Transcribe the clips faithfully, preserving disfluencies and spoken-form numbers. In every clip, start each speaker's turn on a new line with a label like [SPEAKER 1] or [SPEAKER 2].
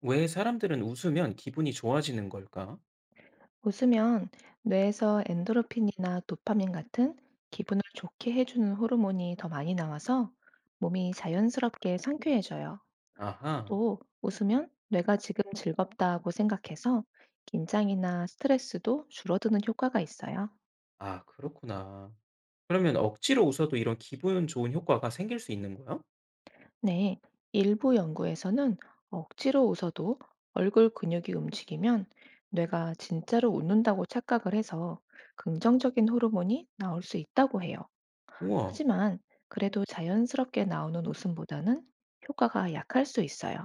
[SPEAKER 1] 왜 사람들은 웃으면 기분이 좋아지는 걸까?
[SPEAKER 2] 웃으면 뇌에서 엔도르핀이나 도파민 같은 기분을 좋게 해주는 호르몬이 더 많이 나와서 몸이 자연스럽게 상쾌해져요.
[SPEAKER 1] 아하.
[SPEAKER 2] 또 웃으면 뇌가 지금 즐겁다고 생각해서 긴장이나 스트레스도 줄어드는 효과가 있어요.
[SPEAKER 1] 아, 그렇구나. 그러면 억지로 웃어도 이런 기분 좋은 효과가 생길 수 있는 거야?
[SPEAKER 2] 네, 일부 연구에서는 억지로 웃어도 얼굴 근육이 움직이면 뇌가 진짜로 웃는다고 착각을 해서 긍정적인 호르몬이 나올 수 있다고 해요.
[SPEAKER 1] 우와.
[SPEAKER 2] 하지만 그래도 자연스럽게 나오는 웃음보다는 효과가 약할 수 있어요.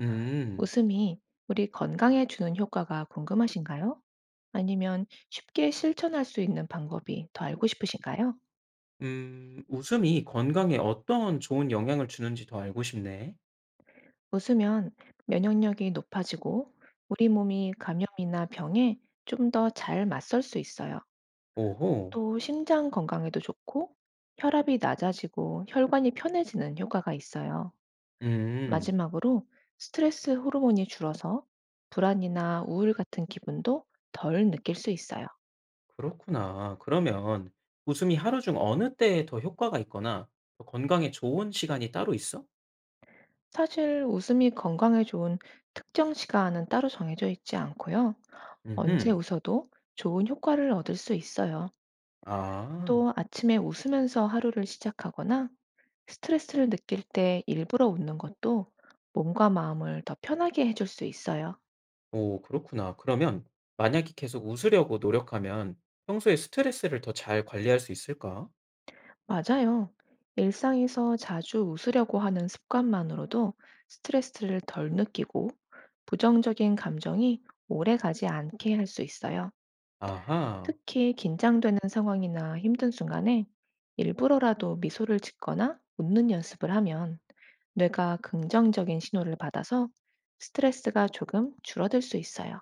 [SPEAKER 1] 음,
[SPEAKER 2] 웃음이 우리 건강에 주는 효과가 궁금하신가요? 아니면 쉽게 실천할 수 있는 방법이 더 알고 싶으신가요?
[SPEAKER 1] 음, 웃음이 건강에 어떤 좋은 영향을 주는지 더 알고 싶네.
[SPEAKER 2] 웃으면 면역력이 높아지고, 우리 몸이 감염이나 병에 좀 더 잘 맞설 수 있어요.
[SPEAKER 1] 오호.
[SPEAKER 2] 또 심장 건강에도 좋고, 혈압이 낮아지고 혈관이 편해지는 효과가 있어요.
[SPEAKER 1] 음,
[SPEAKER 2] 마지막으로 스트레스 호르몬이 줄어서 불안이나 우울 같은 기분도 덜 느낄 수 있어요.
[SPEAKER 1] 그렇구나. 그러면 웃음이 하루 중 어느 때에 더 효과가 있거나 더 건강에 좋은 시간이 따로 있어?
[SPEAKER 2] 사실 웃음이 건강에 좋은 특정 시간은 따로 정해져 있지 않고요, 언제
[SPEAKER 1] 음흠.
[SPEAKER 2] 웃어도 좋은 효과를 얻을 수 있어요.
[SPEAKER 1] 아.
[SPEAKER 2] 또 아침에 웃으면서 하루를 시작하거나 스트레스를 느낄 때 일부러 웃는 것도 몸과 마음을 더 편하게 해줄 수 있어요.
[SPEAKER 1] 오, 그렇구나. 그러면 만약에 계속 웃으려고 노력하면 평소에 스트레스를 더 잘 관리할 수 있을까?
[SPEAKER 2] 맞아요. 일상에서 자주 웃으려고 하는 습관만으로도 스트레스를 덜 느끼고, 부정적인 감정이 오래 가지 않게 할 수 있어요.
[SPEAKER 1] 아하.
[SPEAKER 2] 특히 긴장되는 상황이나 힘든 순간에 일부러라도 미소를 짓거나 웃는 연습을 하면, 뇌가 긍정적인 신호를 받아서 스트레스가 조금 줄어들 수 있어요.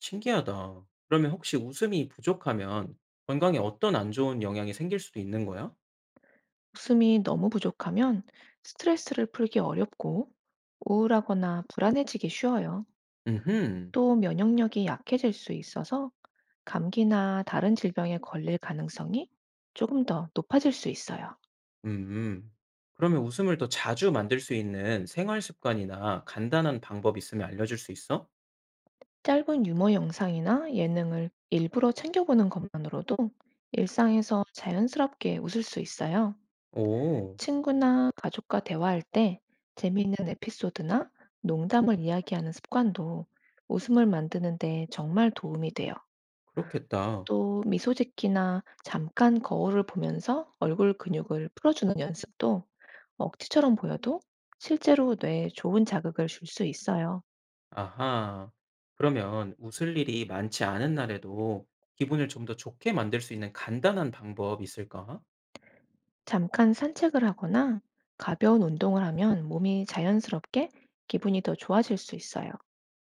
[SPEAKER 1] 신기하다. 그러면 혹시 웃음이 부족하면 건강에 어떤 안 좋은 영향이 생길 수도 있는 거야?
[SPEAKER 2] 웃음이 너무 부족하면 스트레스를 풀기 어렵고 우울하거나 불안해지기 쉬워요.
[SPEAKER 1] 음흠.
[SPEAKER 2] 또 면역력이 약해질 수 있어서 감기나 다른 질병에 걸릴 가능성이 조금 더 높아질 수 있어요.
[SPEAKER 1] 음. 그러면 웃음을 더 자주 만들 수 있는 생활 습관이나 간단한 방법 있으면 알려줄 수 있어?
[SPEAKER 2] 짧은 유머 영상이나 예능을 일부러 챙겨보는 것만으로도 일상에서 자연스럽게 웃을 수 있어요.
[SPEAKER 1] 오.
[SPEAKER 2] 친구나 가족과 대화할 때 재미있는 에피소드나 농담을 이야기하는 습관도 웃음을 만드는데 정말 도움이 돼요.
[SPEAKER 1] 그렇겠다.
[SPEAKER 2] 또 미소 짓기나 잠깐 거울을 보면서 얼굴 근육을 풀어주는 연습도, 억지처럼 보여도 실제로 뇌에 좋은 자극을 줄 수 있어요.
[SPEAKER 1] 아하. 그러면 웃을 일이 많지 않은 날에도 기분을 좀 더 좋게 만들 수 있는 간단한 방법이 있을까?
[SPEAKER 2] 잠깐 산책을 하거나 가벼운 운동을 하면 몸이 자연스럽게 기분이 더 좋아질 수 있어요.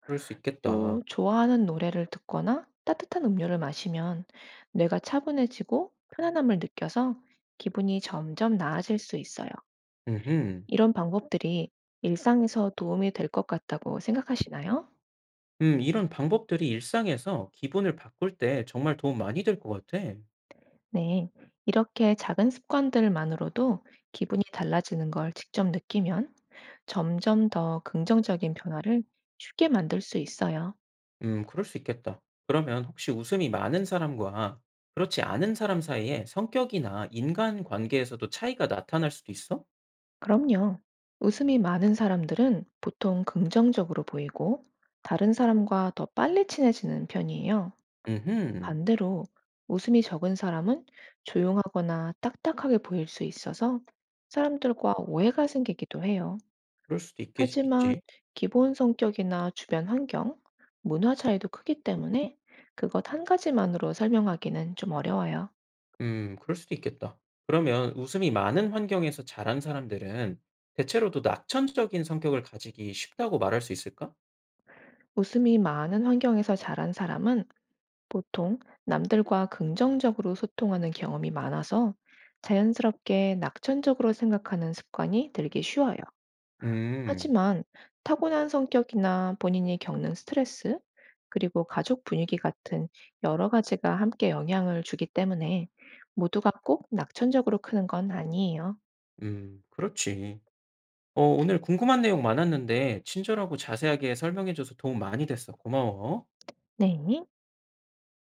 [SPEAKER 1] 그럴 수 있겠다.
[SPEAKER 2] 또 좋아하는 노래를 듣거나 따뜻한 음료를 마시면 뇌가 차분해지고 편안함을 느껴서 기분이 점점 나아질 수 있어요.
[SPEAKER 1] 음흠.
[SPEAKER 2] 이런 방법들이 일상에서 도움이 될 것 같다고 생각하시나요?
[SPEAKER 1] 음, 이런 방법들이 일상에서 기분을 바꿀 때 정말 도움 많이 될 것 같아.
[SPEAKER 2] 네, 이렇게 작은 습관들만으로도 기분이 달라지는 걸 직접 느끼면 점점 더 긍정적인 변화를 쉽게 만들 수 있어요.
[SPEAKER 1] 음, 그럴 수 있겠다. 그러면 혹시 웃음이 많은 사람과 그렇지 않은 사람 사이에 성격이나 인간 관계에서도 차이가 나타날 수도 있어?
[SPEAKER 2] 그럼요. 웃음이 많은 사람들은 보통 긍정적으로 보이고 다른 사람과 더 빨리 친해지는 편이에요.
[SPEAKER 1] 음흠.
[SPEAKER 2] 반대로 웃음이 적은 사람은 조용하거나 딱딱하게 보일 수 있어서 사람들과 오해가 생기기도 해요.
[SPEAKER 1] 그럴 수도 있겠,
[SPEAKER 2] 하지만
[SPEAKER 1] 있지.
[SPEAKER 2] 기본 성격이나 주변 환경, 문화 차이도 크기 때문에 그것 한 가지만으로 설명하기는 좀 어려워요.
[SPEAKER 1] 음, 그럴 수도 있겠다. 그러면 웃음이 많은 환경에서 자란 사람들은 대체로도 낙천적인 성격을 가지기 쉽다고 말할 수 있을까?
[SPEAKER 2] 웃음이 많은 환경에서 자란 사람은 보통 남들과 긍정적으로 소통하는 경험이 많아서 자연스럽게 낙천적으로 생각하는 습관이 들기 쉬워요.
[SPEAKER 1] 음,
[SPEAKER 2] 하지만 타고난 성격이나 본인이 겪는 스트레스, 그리고 가족 분위기 같은 여러 가지가 함께 영향을 주기 때문에 모두가 꼭 낙천적으로 크는 건 아니에요.
[SPEAKER 1] 음, 그렇지. 어, 오늘 궁금한 내용 많았는데 친절하고 자세하게 설명해줘서 도움 많이 됐어. 고마워.
[SPEAKER 2] 네.